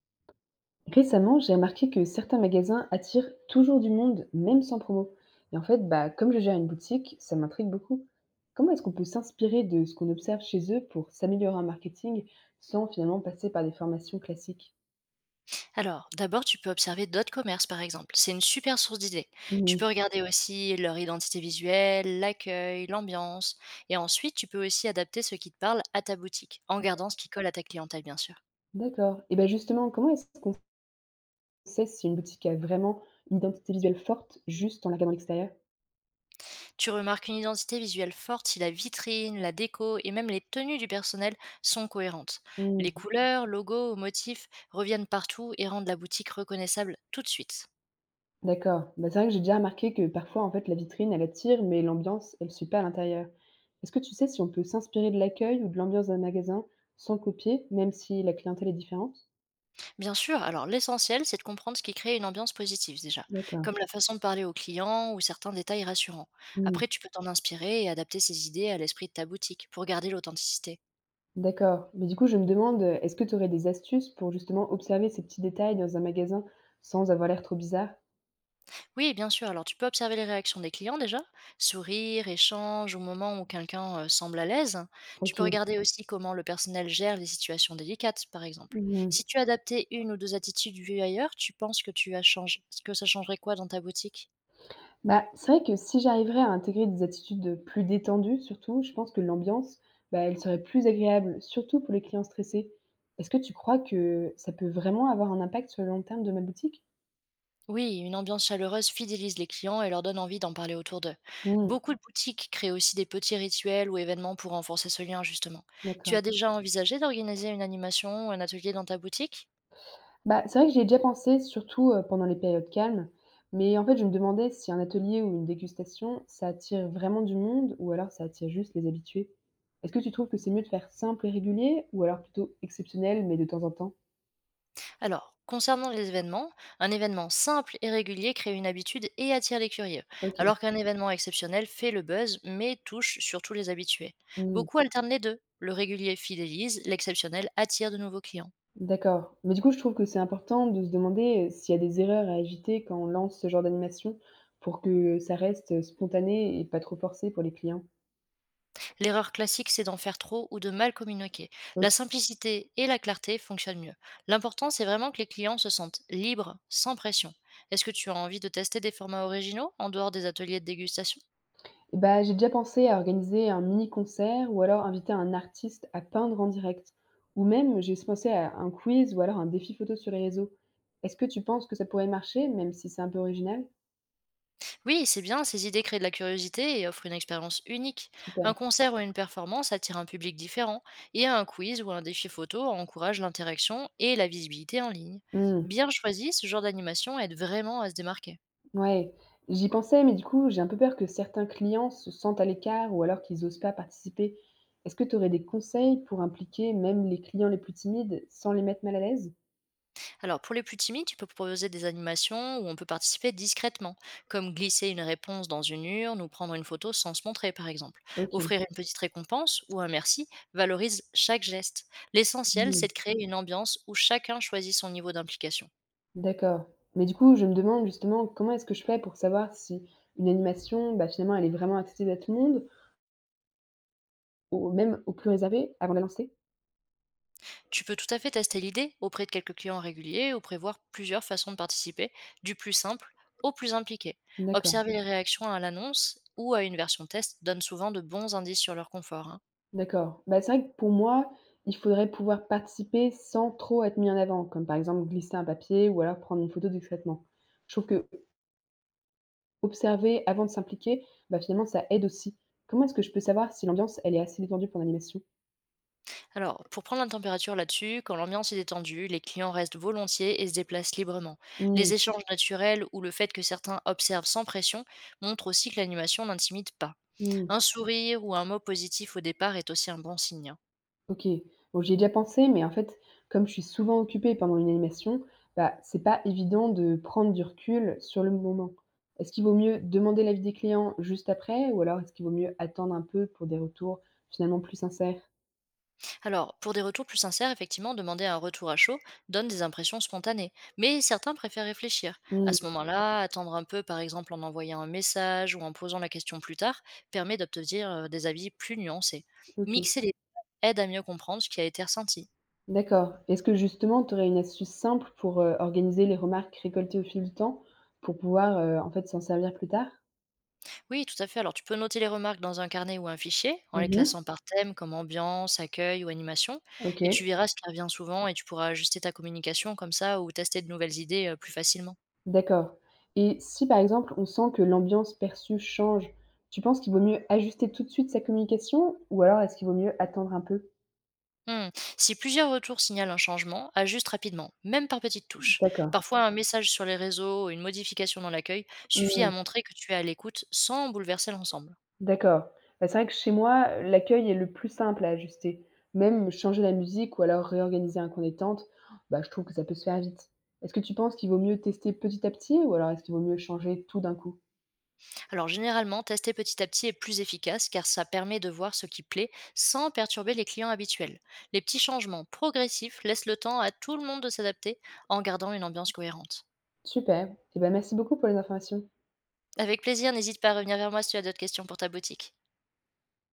Récemment, j'ai remarqué que certains magasins attirent toujours du monde, même sans promo. Et en fait, bah, comme je gère une boutique, ça m'intrigue beaucoup. Comment est-ce qu'on peut s'inspirer de ce qu'on observe chez eux pour s'améliorer en marketing sans finalement passer par des formations classiques? Alors, d'abord, tu peux observer d'autres commerces, par exemple. C'est une super source d'idées. Tu Mhm. peux regarder aussi leur identité visuelle, l'accueil, l'ambiance. Et ensuite, tu peux aussi adapter ce qui te parle à ta boutique, en gardant ce qui colle à ta clientèle, bien sûr. D'accord. Et bien justement, comment est-ce qu'on sait si une boutique a vraiment une identité visuelle forte juste en la regardant de l'extérieur? Tu remarques une identité visuelle forte si la vitrine, la déco et même les tenues du personnel sont cohérentes. Les couleurs, logos ou motifs reviennent partout et rendent la boutique reconnaissable tout de suite. D'accord. Bah, c'est vrai que j'ai déjà remarqué que parfois, en fait, la vitrine, elle attire, mais l'ambiance, elle suit pas à l'intérieur. Est-ce que tu sais si on peut s'inspirer de l'accueil ou de l'ambiance d'un magasin sans copier, même si la clientèle est différente? Bien sûr, alors l'essentiel, c'est de comprendre ce qui crée une ambiance positive déjà, D'accord. comme la façon de parler aux clients ou certains détails rassurants. Hmm. Après, tu peux t'en inspirer et adapter ces idées à l'esprit de ta boutique pour garder l'authenticité. D'accord. Mais du coup, je me demande, est-ce que tu aurais des astuces pour justement observer ces petits détails dans un magasin sans avoir l'air trop bizarre? Oui, bien sûr, alors tu peux observer les réactions des clients déjà, sourire, échange, au moment où quelqu'un semble à l'aise. Tu Ok. peux regarder aussi comment le personnel gère les situations délicates, par exemple. Mhm. Si tu adaptais une ou deux attitudes vues ailleurs, tu penses que tu as changé, que ça changerait quoi dans ta boutique? Bah, c'est vrai que si j'arriverais à intégrer des attitudes plus détendues, surtout, je pense que l'ambiance, bah, elle serait plus agréable, surtout pour les clients stressés. Est-ce que tu crois que ça peut vraiment avoir un impact sur le long terme de ma boutique? Oui, une ambiance chaleureuse fidélise les clients et leur donne envie d'en parler autour d'eux. Mmh, Beaucoup de boutiques créent aussi des petits rituels ou événements pour renforcer ce lien, justement. Tu d'accord. as déjà envisagé d'organiser une animation ou un atelier dans ta boutique? Bah, c'est vrai que j'y ai déjà pensé, surtout pendant les périodes calmes, mais en fait, je me demandais si un atelier ou une dégustation, ça attire vraiment du monde ou alors ça attire juste les habitués. Est-ce que tu trouves que c'est mieux de faire simple et régulier ou alors plutôt exceptionnel mais de temps en temps? Alors, concernant les événements, un événement simple et régulier crée une habitude et attire les curieux, Ok. alors qu'un événement exceptionnel fait le buzz mais touche surtout les habitués. Beaucoup alternent les deux. Le régulier fidélise, l'exceptionnel attire de nouveaux clients. D'accord. Mais du coup, je trouve que c'est important de se demander, s'il y a des erreurs à éviter quand on lance ce genre d'animation pour que ça reste, spontané et pas trop forcé pour les clients? L'erreur classique, c'est d'en faire trop ou de mal communiquer. La OK. simplicité et la clarté fonctionnent mieux. L'important, c'est vraiment que les clients se sentent libres, sans pression. Est-ce que tu as envie de tester des formats originaux en dehors des ateliers de dégustation? Eh bah, j'ai déjà pensé à organiser un mini-concert ou alors inviter un artiste à peindre en direct ou même j'ai aussi pensé à un quiz ou alors un défi photo sur les réseaux. Est-ce que tu penses que ça pourrait marcher même si c'est un peu original? Oui, c'est bien, ces idées créent de la curiosité et offrent une expérience unique. Super. Un concert ou une performance attire un public différent et un quiz ou un défi photo encourage l'interaction et la visibilité en ligne. Mmh. Bien choisi, ce genre d'animation aide vraiment à se démarquer. Ouais, j'y pensais, mais du coup, j'ai un peu peur que certains clients se sentent à l'écart ou alors qu'ils n'osent pas participer. Est-ce que tu aurais des conseils pour impliquer même les clients les plus timides sans les mettre mal à l'aise? Alors, pour les plus timides, tu peux proposer des animations où on peut participer discrètement, comme glisser une réponse dans une urne ou prendre une photo sans se montrer, par exemple. Ok. Offrir une petite récompense ou un merci valorise chaque geste. L'essentiel, Hmm. c'est de créer une ambiance où chacun choisit son niveau d'implication. D'accord. Mais du coup, je me demande justement comment est-ce que je fais pour savoir si une animation, bah, finalement, elle est vraiment accessible à tout le monde ou même aux plus réservés avant de la lancer? Tu peux tout à fait tester l'idée auprès de quelques clients réguliers ou prévoir plusieurs façons de participer, du plus simple au plus impliqué. D'accord, Observer les réactions à l'annonce ou à une version test donne souvent de bons indices sur leur confort, hein. d'accord. Bah, c'est vrai que pour moi, il faudrait pouvoir participer sans trop être mis en avant, comme par exemple glisser un papier ou alors prendre une photo discrètement. Je trouve observer avant de s'impliquer, bah, finalement, ça aide aussi. Comment est-ce que je peux savoir si l'ambiance, elle est assez détendue pour l'animation? Alors, pour prendre la température là-dessus, quand l'ambiance est détendue, les clients restent volontiers et se déplacent librement. Mmh, Les échanges naturels ou le fait que certains observent sans pression montrent aussi que l'animation n'intimide pas. mmh, Un sourire ou un mot positif au départ est aussi un bon signe, hein. OK. Bon, j'y ai déjà pensé, mais en fait, comme je suis souvent occupée pendant une animation, bah, c'est pas évident de prendre du recul sur le moment. Est-ce qu'il vaut mieux demander l'avis des clients juste après, ou alors est-ce qu'il vaut mieux attendre un peu pour des retours finalement plus sincères? Alors, pour des retours plus sincères, effectivement, demander un retour à chaud donne des impressions spontanées, mais certains préfèrent réfléchir. À ce Mmh, moment-là, attendre un peu, par exemple en envoyant un message ou en posant la question plus tard, permet d'obtenir des avis plus nuancés. OK. Mixer les aide à mieux comprendre ce qui a été ressenti. D'accord. Est-ce que justement, tu aurais une astuce simple pour, organiser les remarques récoltées au fil du temps, pour pouvoir, en fait, s'en servir plus tard? Oui, tout à fait. Alors, tu peux noter les remarques dans un carnet ou un fichier, en Mmh les mh. classant par thème, comme ambiance, accueil ou animation, et tu OK, verras ce qui revient souvent et tu pourras ajuster ta communication comme ça ou tester de nouvelles idées plus facilement. d'accord. Et si, par exemple, on sent que l'ambiance perçue change, tu penses qu'il vaut mieux ajuster tout de suite sa communication ou alors est-ce qu'il vaut mieux attendre un peu? Hmm. Si plusieurs retours signalent un changement, ajuste rapidement, même par petites touches. D'accord. Parfois, un message sur les réseaux ou une modification dans l'accueil suffit à Mmh, montrer que tu es à l'écoute sans bouleverser l'ensemble. d'accord. Bah, c'est vrai que chez moi, l'accueil est le plus simple à ajuster. Même changer la musique ou alors réorganiser un coin détente, bah, je trouve que ça peut se faire vite. Est-ce que tu penses qu'il vaut mieux tester petit à petit ou alors est-ce qu'il vaut mieux changer tout d'un coup? Alors généralement, tester petit à petit est plus efficace car ça permet de voir ce qui plaît sans perturber les clients habituels. Les petits changements progressifs laissent le temps à tout le monde de s'adapter en gardant une ambiance cohérente. Super, et bah, merci beaucoup pour les informations. Avec plaisir, n'hésite pas à revenir vers moi si tu as d'autres questions pour ta boutique.